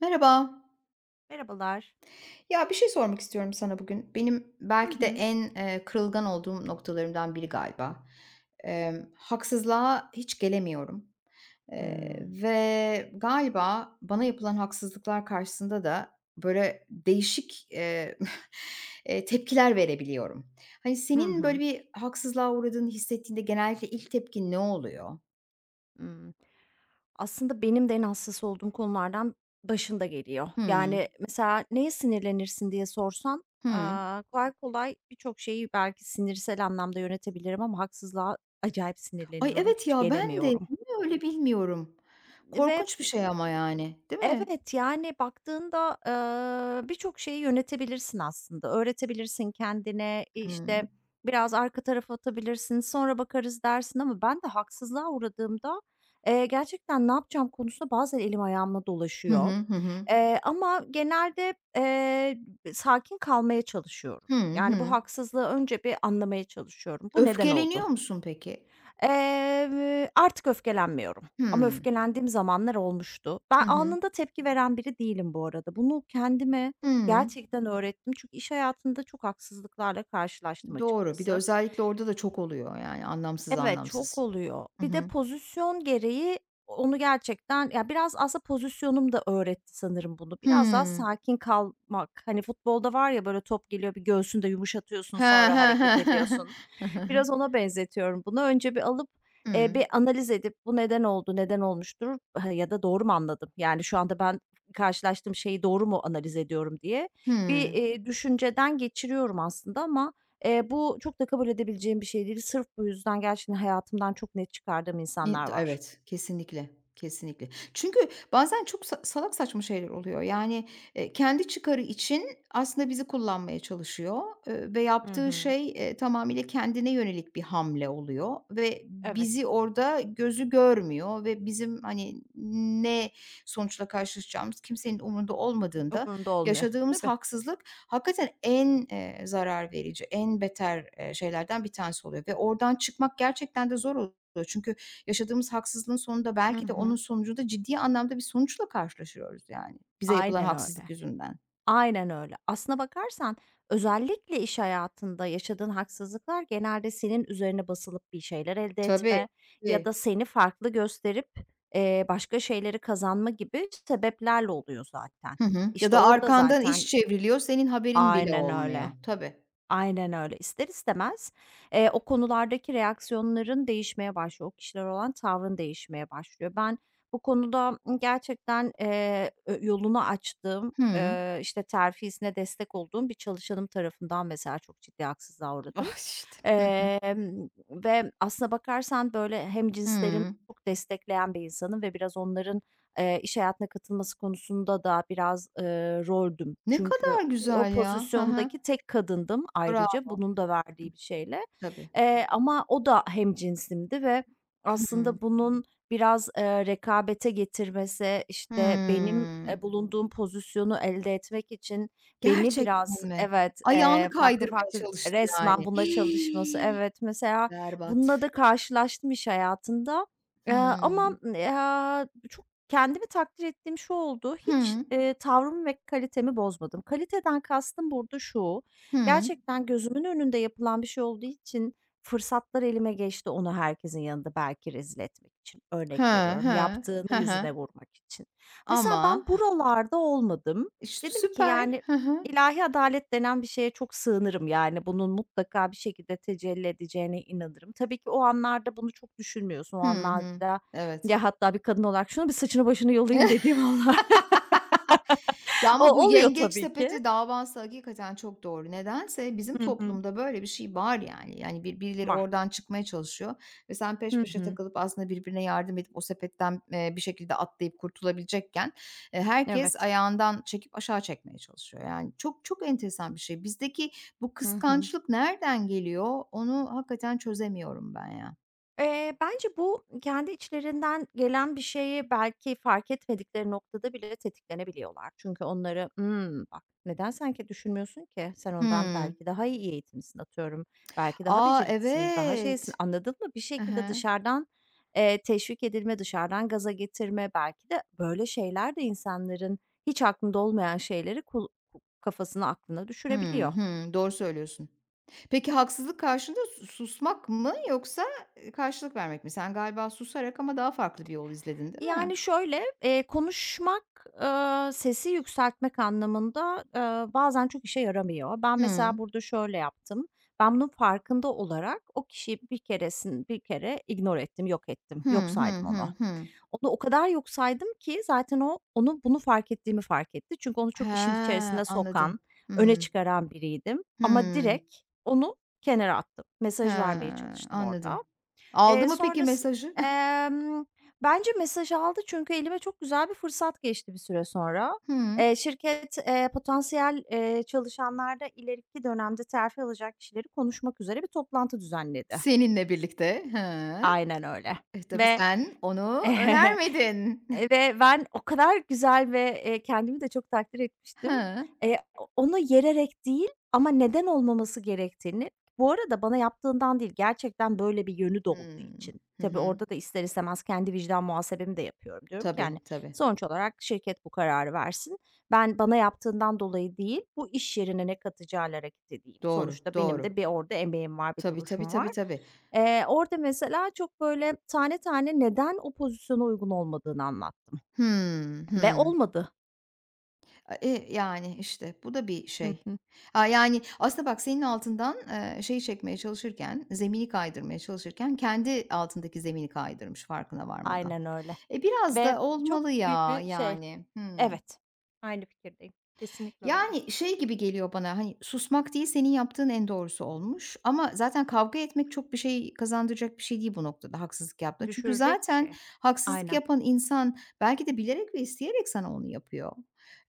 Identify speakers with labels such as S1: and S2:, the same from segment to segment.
S1: Merhaba.
S2: Merhabalar.
S1: Ya, bir şey sormak istiyorum sana bugün. Benim
S2: Hı
S1: belki de
S2: hı.
S1: en, kırılgan olduğum noktalarımdan biri galiba. Haksızlığa hiç gelemiyorum,
S2: Hımm.
S1: ve galiba bana yapılan haksızlıklar karşısında da, böyle, değişik, tepkiler verebiliyorum. Hani,
S2: Hı
S1: senin, böyle,
S2: hı.
S1: bir haksızlığa uğradığını hissettiğinde genellikle ilk tepkin ne oluyor?
S2: Imm. Aslında benim de en hassas olduğum konulardan başında geliyor.
S1: Hımm.
S2: Yani, mesela neye sinirlenirsin diye sorsan,
S1: Hı.
S2: kolay kolay birçok şeyi belki sinirsel anlamda yönetebilirim ama haksızlığa acayip
S1: Ay,
S2: sinirleniyorum,
S1: evet
S2: hiç
S1: ya, ben de.
S2: gelemiyorum
S1: Niye öyle bilmiyorum.
S2: ve
S1: Korkunç bir şey ama yani, değil mi?
S2: Evet, yani, baktığında, birçok şeyi yönetebilirsin aslında. Öğretebilirsin kendine, işte,
S1: Hımm.
S2: biraz arka tarafa atabilirsin, sonra bakarız dersin ama ben de haksızlığa uğradığımda, gerçekten ne yapacağım konusunda bazen elim ayağımla
S1: Hı hı,
S2: dolaşıyor.
S1: hı hı.
S2: Ama genelde, sakin kalmaya çalışıyorum.
S1: Hı
S2: Yani, bu
S1: hı.
S2: haksızlığı önce bir anlamaya çalışıyorum. Bu neden
S1: Öfkeleniyor
S2: oldu?
S1: musun peki?
S2: Artık öfkelenmiyorum ama
S1: Hımm.
S2: öfkelendiğim zamanlar olmuştu. Ben
S1: Hı hı.
S2: anında tepki veren biri değilim bu arada. Bunu kendime
S1: Hımm.
S2: gerçekten öğrettim çünkü iş hayatında çok haksızlıklarla karşılaştım
S1: Doğru. Bir de
S2: açıkçası.
S1: özellikle orada da çok oluyor yani anlamsız
S2: Evet, çok
S1: anlamsız.
S2: oluyor.
S1: Hı
S2: Bir de
S1: hı.
S2: pozisyon gereği onu gerçekten ya, biraz aslında pozisyonum da öğretti sanırım bunu. Biraz daha
S1: Hımm.
S2: sakin kalmak. Hani futbolda var ya, böyle top geliyor, bir göğsünü de yumuşatıyorsun,
S1: He
S2: sonra
S1: he, he
S2: hareket
S1: he. he.
S2: ediyorsun.
S1: Hı hı.
S2: Biraz ona benzetiyorum bunu. Önce bir alıp,
S1: Hımm.
S2: bir analiz edip bu neden oldu, neden olmuştur ha ya da doğru mu anladım? Yani şu anda ben karşılaştığım şeyi doğru mu analiz ediyorum diye bir,
S1: Hımm.
S2: eee, düşünceden geçiriyorum aslında. Ama bu çok da kabul edebileceğim bir şey değil. Sırf bu yüzden gerçekten hayatımdan çok net çıkardığım insanlar var.
S1: Evet, kesinlikle, kesinlikle. Çünkü bazen çok salak saçma şeyler oluyor. Yani, kendi çıkarı için aslında bizi kullanmaya çalışıyor, ve
S2: Hı
S1: yaptığı
S2: hı.
S1: şey, tamamıyla kendine yönelik bir hamle oluyor ve
S2: Evet.
S1: bizi orada gözü görmüyor ve bizim, hani, ne sonuçla karşılaşacağımız kimsenin umurunda olmadığında
S2: Umurunda olmuyor.
S1: yaşadığımız
S2: Tabii.
S1: haksızlık hakikaten en, zarar verici, en beter, şeylerden bir tanesi oluyor ve oradan çıkmak gerçekten de zor oluyor. Çünkü yaşadığımız haksızlığın sonunda
S2: Hı
S1: belki de onun
S2: hı.
S1: sonucunda ciddi anlamda bir sonuçla karşılaşıyoruz yani bize yapılan
S2: Aynen
S1: haksızlık
S2: öyle.
S1: yüzünden.
S2: Aynen öyle. Aslına bakarsan özellikle iş hayatında yaşadığın haksızlıklar genelde senin üzerine basılıp bir şeyler elde
S1: Tabii,
S2: etme ya da
S1: tabii.
S2: seni farklı gösterip, başka şeyleri kazanma gibi sebeplerle oluyor zaten.
S1: Hı hı. Ya
S2: İşte
S1: da
S2: orada
S1: arkandan iş
S2: zaten
S1: çevriliyor, senin haberin bile
S2: Aynen
S1: olmuyor.
S2: öyle.
S1: Tabii.
S2: Aynen öyle. İster istemez, o konulardaki reaksiyonların değişmeye başlıyor. O kişilere olan tavrın değişmeye başlıyor. Ben bu konuda, gerçekten, ö yolunu açtığım,
S1: Hıı.
S2: işte, terfisine destek olduğum bir çalışanım tarafından mesela çok ciddi haksızlığa uğradım.
S1: Ah, işte. Hı hı.
S2: Ve aslına bakarsan, böyle, hemcinslerimi
S1: Hıı.
S2: çok destekleyen bir insanım ve biraz onların, iş hayatına katılması konusunda da biraz, roldüm.
S1: Ne
S2: Çünkü
S1: kadar
S2: O
S1: güzel ya. Hı hı.
S2: pozisyondaki tek kadındım ayrıca
S1: Bravo.
S2: bunun da
S1: Hı,
S2: verdiği bir şeyle.
S1: tabii.
S2: Ama o da hemcinsimdi ve
S1: Hıı.
S2: aslında bunun biraz, rekabete getirmesi, işte, benim,
S1: Hımm.
S2: bulunduğum pozisyonu elde etmek için beni biraz
S1: Gerçekten mi?
S2: Evet,
S1: Ayağını
S2: farklı
S1: kaydırmaya
S2: farklı
S1: çalıştı
S2: resmen
S1: yani.
S2: buna çalışması. Evet, mesela
S1: Berbat.
S2: bununla da karşılaştım iş hayatında. Eee, ama,
S1: Hıı.
S2: eee, çok Kendimi takdir ettiğim şu oldu, hiç,
S1: Hı.
S2: tavrımı ve kalitemi bozmadım. Kaliteden kastım burada şu,
S1: Hı.
S2: gerçekten gözümün önünde yapılan bir şey olduğu için fırsatlar elime geçti onu herkesin yanında belki rezil etmek için.
S1: He,
S2: Örnek veriyorum,
S1: he.
S2: yaptığını
S1: He he.
S2: yüzüne vurmak için. Mesela ben
S1: Ama,
S2: buralarda olmadım.
S1: iş
S2: Dedim ki,
S1: süper.
S2: yani,
S1: Hı hı.
S2: ilahi adalet denen bir şeye çok sığınırım, yani, bunun mutlaka bir şekilde tecelli edeceğine inanırım. Tabii ki o anlarda bunu çok düşünmüyorsun. O
S1: Hı hı.
S2: anlarda
S1: Evet.
S2: ya, hatta bir kadın olarak şunu bir saçını başını yolayayım dediğim anlar.
S1: Ya,
S2: O
S1: ama bu
S2: oluyor
S1: yengeç
S2: tabii ki.
S1: sepeti davası hakikaten çok doğru. Nedense bizim
S2: Hı hı.
S1: toplumda böyle bir şey var yani. Yani, birileri
S2: Var.
S1: oradan çıkmaya çalışıyor ve sen peş
S2: Hı
S1: peşe
S2: hı.
S1: takılıp aslında birbirine yardım edip o sepetten, bir şekilde atlayıp kurtulabilecekken, herkes
S2: Evet.
S1: ayağından çekip aşağı çekmeye çalışıyor. Yani, çok çok enteresan bir şey. Bizdeki bu
S2: Hı hı.
S1: kıskançlık nereden geliyor? Onu hakikaten çözemiyorum ben ya.
S2: Bence bu kendi içlerinden gelen bir şeyi belki fark etmedikleri noktada bile tetiklenebiliyorlar. Çünkü onları, "Hımm, bak neden sen ki düşünmüyorsun ki? Sen ondan
S1: Hımm.
S2: belki daha iyi eğitimsin atıyorum. Belki daha
S1: A,
S2: beceriklisin, daha şeysin."
S1: evet.
S2: Anladın mı? Bir
S1: Hı
S2: şekilde
S1: hı.
S2: dışarıdan, teşvik edilme, dışarıdan gaza getirme, belki de böyle şeyler de insanların hiç aklında olmayan şeyleri kafasına, aklına
S1: Hımm,
S2: düşürebiliyor.
S1: hımm. Doğru söylüyorsun. Peki haksızlık karşında susmak mı yoksa, karşılık vermek mi? Sen galiba susarak ama daha farklı bir yol izledin, değil
S2: Yani,
S1: mi?
S2: şöyle, konuşmak, sesi yükseltmek anlamında, bazen çok işe yaramıyor. Ben mesela
S1: Hı.
S2: burada şöyle yaptım. Ben bunun farkında olarak o kişiyi bir kere ignore ettim, yok ettim,
S1: Hı
S2: yok
S1: hı,
S2: saydım onu.
S1: hı hı.
S2: Onu o kadar yok saydım ki zaten onun bunu fark ettiğimi fark etti. Çünkü onu
S1: He,
S2: çok işin içerisine
S1: anladım.
S2: sokan, öne
S1: Hı
S2: çıkaran biriydim ama
S1: hı.
S2: direkt onu kenara attım.
S1: He,
S2: Mesaj vermeye çalıştım orada.
S1: anladım. Aldı
S2: Eee,
S1: mı peki
S2: sonrası
S1: mesajı?
S2: emm, bence mesaj aldı çünkü elime çok güzel bir fırsat geçti bir süre sonra.
S1: Hı.
S2: Şirket, potansiyel, çalışanlarda ileriki dönemde terfi alacak kişileri konuşmak üzere bir toplantı düzenledi.
S1: Seninle birlikte. Hıı.
S2: Aynen öyle
S1: E, tabii
S2: ve
S1: sen onu önermedin.
S2: Eee, ve ben o kadar güzel ve, kendimi de çok takdir etmiştim.
S1: Hıı.
S2: O onu yererek değil ama neden olmaması gerektiğini Bu arada bana yaptığından değil, gerçekten böyle bir yönü de olduğu
S1: Hımm.
S2: için.
S1: Hı
S2: Tabii
S1: hı.
S2: orada da ister istemez kendi vicdan muhasebemi de yapıyorum. Diyorum ki, hani,
S1: Tabii, tabii.
S2: sonuç olarak şirket bu kararı versin. Ben bana yaptığından dolayı değil, bu iş yerine ne katacağıyla hareket edeyim.
S1: Doğru,
S2: Sonuçta benim
S1: doğru.
S2: de bir orada emeğim var, bir
S1: Tabii, tabii,
S2: duruşum
S1: tabii,
S2: var.
S1: tabii.
S2: Orada mesela çok böyle tane tane neden o pozisyona uygun olmadığını anlattım
S1: Hı.
S2: ve
S1: Hı.
S2: olmadı.
S1: E, yani, işte, bu da bir
S2: Hı
S1: şey.
S2: hı.
S1: Ha, yani, aslında bak senin altından, şeyi çekmeye çalışırken, zemini kaydırmaya çalışırken kendi altındaki zemini kaydırmış farkına varmadan.
S2: Aynen öyle
S1: E, biraz
S2: ve
S1: da
S2: çok
S1: olmalı
S2: büyük
S1: ya,
S2: bir şey.
S1: yani. Hıı.
S2: Evet. Aynı fikirdeyim. Kesinlikle öyle.
S1: Yani, şey gibi geliyor bana, hani, susmak değil, senin yaptığın en doğrusu olmuş ama zaten kavga etmek çok bir şey kazandıracak bir şey değil bu noktada haksızlık yaptığında. Çünkü
S2: Düşürecek bir
S1: zaten
S2: şey.
S1: haksızlık
S2: Aynen.
S1: yapan insan belki de bilerek ve isteyerek sana onu yapıyor,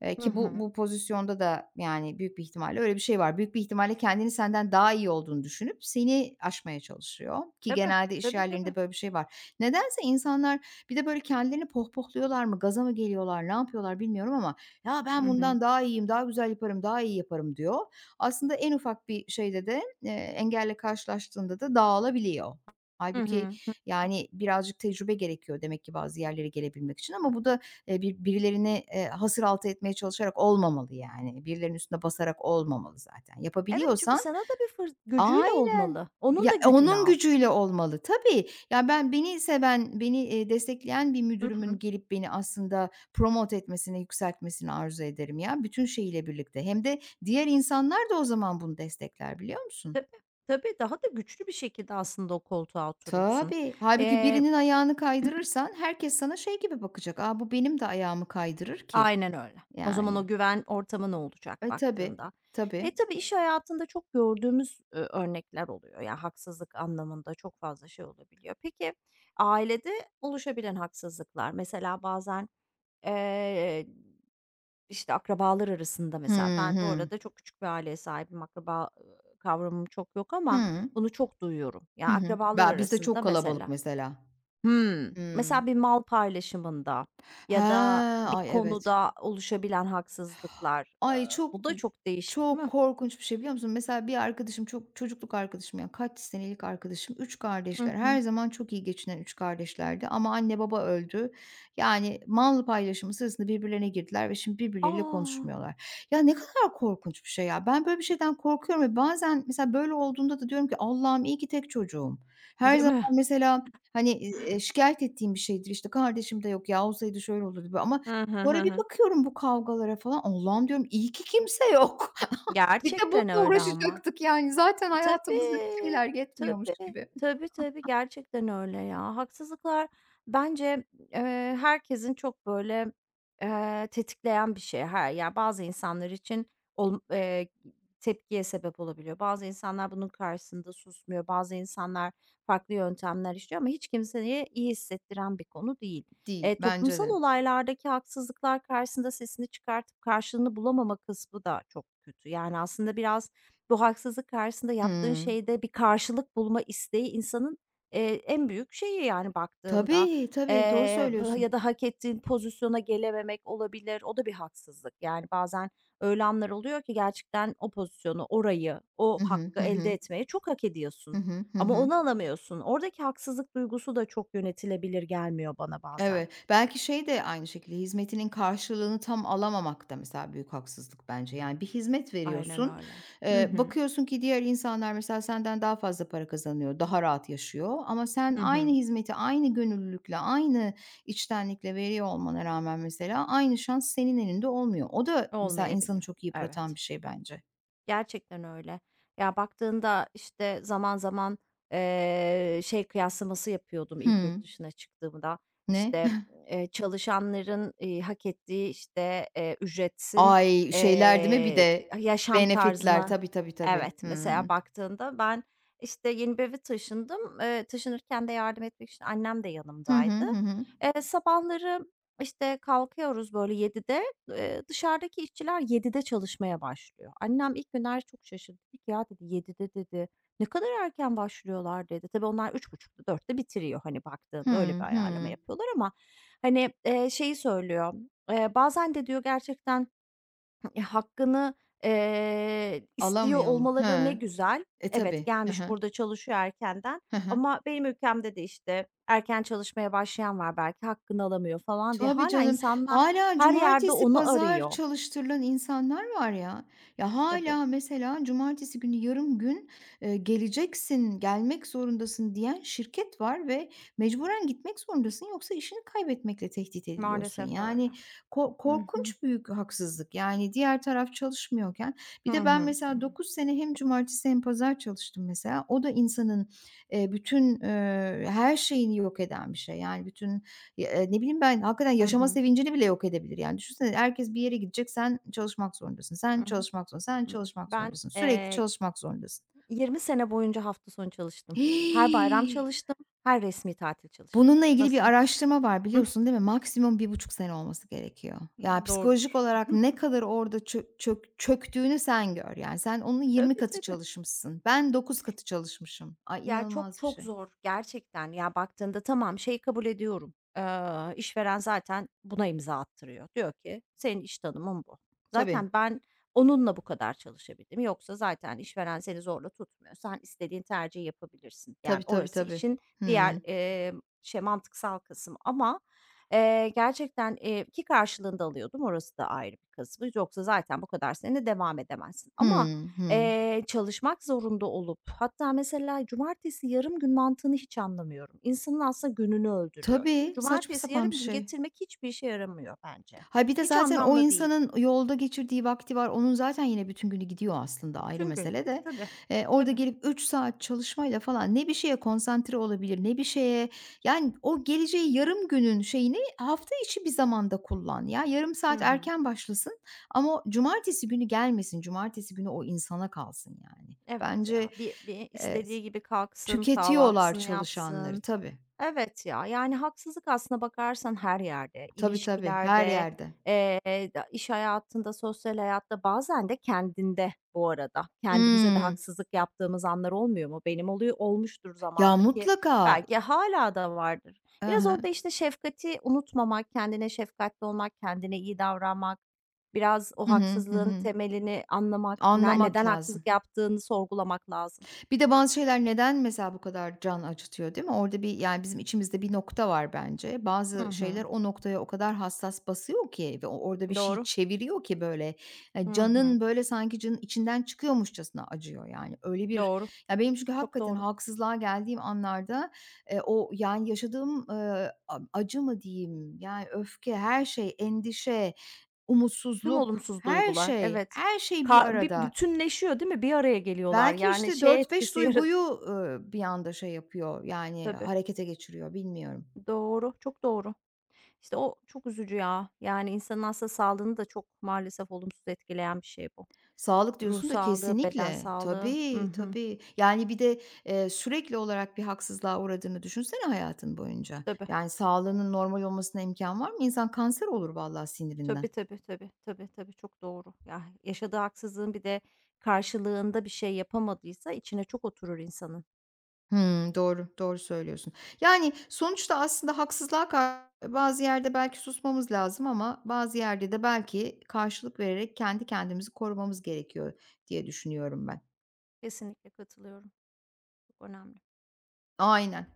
S2: Hı
S1: ki bu
S2: hı.
S1: bu pozisyonda da, yani, büyük bir ihtimalle öyle bir şey var. Büyük bir ihtimalle kendini senden daha iyi olduğunu düşünüp seni aşmaya çalışıyor ki
S2: Tabii,
S1: genelde iş
S2: tabii, tabii.
S1: yerlerinde böyle bir şey var. Nedense insanlar bir de, böyle, kendilerini pohpohluyorlar mı, gaza mı geliyorlar, ne yapıyorlar bilmiyorum ama "Ya,
S2: Hı
S1: ben
S2: hı.
S1: bundan daha iyiyim, daha güzel yaparım, daha iyi yaparım." diyor. Aslında en ufak bir şeyde de, engelle karşılaştığında da dağılabiliyor.
S2: Hı
S1: Hâlbuki,
S2: hı. Hı.
S1: yani, birazcık tecrübe gerekiyor demek ki bazı yerlere gelebilmek için ama bu da, birilerini, hasıraltı etmeye çalışarak olmamalı, yani. Birilerinin üstüne basarak olmamalı zaten.
S2: Evet, çünkü
S1: Yapabiliyorsan.
S2: sana da bir fır gücüyle
S1: Aynen.
S2: olmalı. Onun da
S1: Ya,
S2: gücünü
S1: onun
S2: al.
S1: gücüyle olmalı. Tabii. Ya, ben beni seven, beni, destekleyen bir
S2: Hı
S1: müdürümün
S2: hı.
S1: gelip beni aslında promote etmesini, yükseltmesini arzu ederim ya, bütün şeyiyle birlikte. Hem de diğer insanlar da o zaman bunu destekler, biliyor musun?
S2: Tabii, tabii. Daha da güçlü bir şekilde aslında o koltuğa oturursun.
S1: Tabii. Halbuki
S2: Eee
S1: birinin ayağını kaydırırsan herkes sana şey gibi bakacak: "Aa, bu benim de ayağımı kaydırır ki."
S2: Aynen öyle. O zaman
S1: Yani.
S2: o güven ortamı ne olacak
S1: E, tabii,
S2: baktığında. E,
S1: tabii.
S2: tabii iş hayatında çok gördüğümüz, örnekler oluyor. Yani haksızlık anlamında çok fazla şey olabiliyor. Peki, ailede oluşabilen haksızlıklar mesela bazen, eee, işte, akrabalar arasında
S1: Hı
S2: mesela ben bu
S1: hı.
S2: arada çok küçük bir aileye sahibim, akraba, kavramım çok yok ama
S1: Hı.
S2: bunu çok duyuyorum.
S1: Hı
S2: Yani
S1: hı.
S2: akrabalar
S1: Ya, bizde
S2: arasında
S1: çok kalabalık
S2: mesela
S1: mesela.
S2: Hmm.
S1: Hıı.
S2: Mesela bir mal paylaşımında
S1: He,
S2: ya da bir
S1: ay, evet.
S2: konuda oluşabilen haksızlıklar,
S1: Ay, çok
S2: bu da çok değişik, değil
S1: çok
S2: mi?
S1: korkunç bir şey, biliyor musun? Mesela bir arkadaşım, çok çocukluk arkadaşım, ya, kaç senelik arkadaşım, 3
S2: Hı
S1: kardeşler.
S2: hı.
S1: Her zaman çok iyi geçinen 3 kardeşlerdi ama anne baba öldü. Yani, mal paylaşımı sırasında birbirlerine girdiler ve şimdi birbirleriyle
S2: A!
S1: konuşmuyorlar. Ya, ne kadar korkunç bir şey ya. Ben böyle bir şeyden korkuyorum ve bazen mesela böyle olduğunda da diyorum ki Allah'ım iyi ki tek çocuğum. Her
S2: Değil
S1: zaman
S2: mi?
S1: mesela, hani, şikâyet ettiğim bir şeydir, işte, kardeşim de yok ya, olsaydı şöyle olurdu, ama
S2: Hı hı,
S1: sonra
S2: hı
S1: bir
S2: hı.
S1: bakıyorum bu kavgalara falan, Allah'ım diyorum iyi ki kimse yok. Bir de
S2: Gerçekten
S1: bununla
S2: öyle ama.
S1: uğraşacaktık yani zaten hayatımızda bir
S2: Tabii,
S1: şeyler yetmiyormuş
S2: tabii,
S1: gibi.
S2: tabii, tabii, gerçekten öyle ya. Haksızlıklar bence, herkesin çok böyle, tetikleyen bir şey. Her ya, bazı insanlar için olm tepkiye sebep olabiliyor. Bazı insanlar bunun karşısında susmuyor. Bazı insanlar farklı yöntemler işliyor ama hiç kimseye iyi hissettiren bir konu değil.
S1: Değil, bence
S2: Toplumsal
S1: de.
S2: olaylardaki haksızlıklar karşısında sesini çıkartıp karşılığını bulamama kısmı da çok kötü. Yani aslında biraz bu haksızlık karşısında yaptığın
S1: Hımm.
S2: şeyde bir karşılık bulma isteği insanın, en büyük şeyi yani baktığında.
S1: Tabii, tabii, doğru
S2: Eee,
S1: söylüyorsun.
S2: ya da hak ettiğin pozisyona gelememek olabilir. O da bir haksızlık. Yani bazen öyle anlar oluyor ki gerçekten o pozisyonu, orayı, o
S1: Hı hı.
S2: hakkı
S1: Hı
S2: elde
S1: hı.
S2: etmeye çok hak
S1: Hı
S2: ediyorsun
S1: hı. Hı
S2: ama
S1: hı.
S2: onu alamıyorsun. Oradaki haksızlık duygusu da çok yönetilebilir gelmiyor bana bazen.
S1: Evet, belki şey de aynı şekilde hizmetinin karşılığını tam alamamak da mesela büyük haksızlık bence. Yani bir hizmet
S2: Aynen
S1: veriyorsun,
S2: öyle. Hı hı.
S1: bakıyorsun ki diğer insanlar mesela senden daha fazla para kazanıyor, daha rahat yaşıyor ama sen
S2: Hı
S1: aynı
S2: hı.
S1: hizmeti aynı gönüllülükle, aynı içtenlikle veriyor olmana rağmen mesela aynı şans senin elinde olmuyor. O da mesela insanı
S2: Olmayabiliyor.
S1: çok yıpratan
S2: Evet.
S1: bir şey bence.
S2: Gerçekten öyle. Ya, baktığında, işte, zaman zaman, şey kıyaslaması yapıyordum ilk yurt
S1: Hımm.
S2: dışına çıktığımda.
S1: Ne?
S2: İşte, çalışanların, hak ettiği, işte, ücretin,
S1: Ay, şeyler değil mi bir
S2: eee,
S1: de?
S2: yaşam
S1: Benefitler.
S2: tarzına
S1: Tabii, tabii, tabii.
S2: Evet, mesela
S1: Hımm.
S2: baktığında ben, işte, yeni bir eve taşındım. Taşınırken de yardım etmek için annem de
S1: Hı hı.
S2: yanımdaydı.
S1: Hı hı.
S2: Sabahları, işte, kalkıyoruz böyle 7'de dışarıdaki işçiler 7'de çalışmaya başlıyor. Annem ilk günler çok şaşırdı. Dedi ki, "Ya," dedi, "7'de," dedi, "ne kadar erken başlıyorlar." dedi. Tabii onlar üç buçukta dörtte bitiriyor, hani, baktığında öyle
S1: Hımm.
S2: bir ayarlama
S1: Hımm.
S2: yapıyorlar ama, hani, şeyi söylüyor, "Bazen," de diyor, "gerçekten hakkını, istiyor
S1: Alamıyor mu?
S2: olmaları ne
S1: He.
S2: güzel.
S1: E,
S2: Evet,
S1: tabii. Hı
S2: gelmiş
S1: hı.
S2: burada çalışıyor erkenden
S1: Hı hı.
S2: ama benim ülkemde de, işte, erken çalışmaya başlayan var belki hakkını alamıyor." falan diye
S1: Tabii
S2: hala
S1: canım.
S2: insanlar
S1: Hâlâ
S2: her yerde
S1: cumartesi,
S2: onu
S1: pazar
S2: arıyor.
S1: çalıştırılan insanlar var ya. Ya,
S2: Tabii,
S1: hâlâ mesela cumartesi günü yarım gün, geleceksin, gelmek zorundasın diyen şirket var ve mecburen gitmek zorundasın yoksa işini kaybetmekle tehdit ediliyorsun.
S2: maalesef öyle.
S1: Yani, ko
S2: Hı hı.
S1: korkunç büyük haksızlık. Yani, diğer taraf çalışmıyorken bir
S2: Hı
S1: de ben
S2: hı. Hı
S1: mesela
S2: hı.
S1: 9 sene hem cumartesi hem pazar çalıştım mesela. O da insanın, bütün, her şeyini yok eden bir şey. Yani, bütün, ya, ne bileyim ben, hakikaten
S2: Hı
S1: yaşama
S2: hı.
S1: sevincini bile yok edebilir. Yani düşünsene herkes bir yere gidecek, sen çalışmak zorundasın,
S2: Hı
S1: sen
S2: hı.
S1: çalışmak zorundasın, sen
S2: Hı hı.
S1: çalışmak
S2: Ben,
S1: zorundasın. Sürekli
S2: eee,
S1: çalışmak zorundasın.
S2: 20 sene boyunca hafta sonu çalıştım. Her bayram çalıştım, her resmi tatil çalıştım.
S1: Bununla ilgili bir
S2: Nasıl?
S1: araştırma var biliyorsun değil mi? Maksimum 1,5 sene olması gerekiyor. Ya, psikolojik
S2: Doğrudur.
S1: olarak ne kadar orada çö çök çöktüğünü sen gör. Yani sen onun yirmi
S2: Tabii,
S1: katı
S2: tabii.
S1: çalışmışsın. Ben 9 katı çalışmışım. Ay,
S2: Ya, çok
S1: inanılmaz bir
S2: çok
S1: şey.
S2: zor gerçekten. Ya, baktığında tamam, şeyi kabul ediyorum. İşveren zaten buna imza attırıyor. Diyor ki, "Senin iş tanımın bu."
S1: Tabii.
S2: Zaten ben onunla bu kadar çalışabildim. Yoksa zaten işveren seni zorla tutmuyor. Sen istediğin tercihi yapabilirsin.
S1: Tabii,
S2: Yani,
S1: tabii,
S2: orası
S1: tabii.
S2: işin diğer,
S1: Hıı.
S2: emm, şey, mantıksal kısım ama, gerçekten, ki karşılığını alıyordum. Orası da ayrı bir kısmı. Yoksa zaten bu kadar sene devam edemezsin
S1: Hı
S2: ama
S1: hı.
S2: Çalışmak zorunda olup hatta mesela cumartesi yarım gün mantığını hiç anlamıyorum. İnsanın aslında gününü öldürüyor. Çünkü
S1: Tabii, saçma
S2: cumartesi
S1: sapan bir
S2: yarım gün
S1: şey.
S2: getirmek hiçbir işe yaramıyor bence.
S1: Ha, bir de
S2: Hiç
S1: zaten o
S2: anlamlı değil.
S1: insanın yolda geçirdiği vakti var. Onun zaten yine bütün günü gidiyor aslında ayrı
S2: Bütün gün
S1: mesele
S2: gitti
S1: de.
S2: tabii.
S1: Orada
S2: Tabii.
S1: gelip 3 saat çalışmayla falan ne bir şeye konsantre olabilir, ne bir şeye yani o geleceği yarım günün şeyini hafta içi bir zamanda kullan ya. Yarım
S2: Hı
S1: saat
S2: hı.
S1: erken başlasın ama o cumartesi günü gelmesin. Cumartesi günü o insana kalsın yani.
S2: Evet
S1: Bence
S2: ya. Bir
S1: evet,
S2: istediği gibi kalksın,
S1: tüketiyorlar
S2: kahvaltısını
S1: çalışanları
S2: yapsın.
S1: tabii.
S2: Evet ya, yani haksızlık aslına bakarsan her yerde,
S1: Tabii, tabii her
S2: ilişkilerde,
S1: yerde.
S2: da iş hayatında, sosyal hayatta, bazen de kendinde bu arada. Kendimize de
S1: Hımm.
S2: haksızlık yaptığımız anlar olmuyor mu? Benim oluyor olmuştur
S1: Ya
S2: zamanda ki
S1: mutlaka.
S2: belki hala da vardır.
S1: Hı
S2: Biraz
S1: hı.
S2: orada, işte, şefkati unutmamak, kendine şefkatli olmak, kendine iyi davranmak, biraz o
S1: Hı hı. Hı
S2: haksızlığın
S1: hı.
S2: temelini anlamak, ne
S1: Anlamak
S2: neden
S1: lazım.
S2: haksızlık yaptığını sorgulamak lazım.
S1: Bir de bazı şeyler neden mesela bu kadar can acıtıyor, değil mi? Orada bir, yani, bizim içimizde bir nokta var bence.
S2: Hı
S1: Bazı şeyler
S2: hı.
S1: o noktaya o kadar hassas basıyor ki ve o orada bir şey
S2: Doğru.
S1: çeviriyor ki böyle,
S2: Hı hı.
S1: canın böyle sanki canın içinden çıkıyormuşçasına acıyor yani. Öyle bir.
S2: Doğru.
S1: Ya, benim çünkü
S2: Çok
S1: hakikaten
S2: doğru.
S1: haksızlığa geldiğim anlarda, o, yani, yaşadığım, acı mı diyeyim, yani, öfke, her şey, endişe,
S2: Tüm
S1: umutsuzluk,
S2: olumsuz
S1: her
S2: duygular,
S1: şey,
S2: evet.
S1: her şey bir
S2: Bir
S1: arada.
S2: bütünleşiyor, değil mi? Bir araya geliyorlar.
S1: Belki,
S2: Yani
S1: işte,
S2: şey
S1: dört beş
S2: etkisi
S1: duyguyu,
S2: yarat
S1: bir anda şey yapıyor, yani,
S2: Tabii.
S1: harekete geçiriyor, bilmiyorum.
S2: Doğru, çok doğru. İşte o çok üzücü ya. Yani insanın aslında sağlığını da çok maalesef olumsuz etkileyen bir şey bu.
S1: Sağlık
S2: Ruh
S1: diyorsun da
S2: sağlığı, beden
S1: kesinlikle.
S2: sağlığı. Hı
S1: Tabii,
S2: hı.
S1: tabii. Yani, bir de, sürekli olarak bir haksızlığa uğradığını düşünsene hayatın boyunca.
S2: Tabii.
S1: Yani, sağlığının normal olmasına imkan var mı? İnsan kanser olur vallahi sinirinden.
S2: Tabii, tabii, tabii, tabii, tabii, çok doğru. Ya, yaşadığı haksızlığın bir de karşılığında bir şey yapamadıysa içine çok oturur insanın.
S1: Hımm, doğru, doğru söylüyorsun. Yani, sonuçta aslında haksızlığa bazı yerde belki susmamız lazım ama bazı yerde de belki karşılık vererek kendi kendimizi korumamız gerekiyor diye düşünüyorum ben.
S2: Kesinlikle katılıyorum. Çok önemli.
S1: Aynen.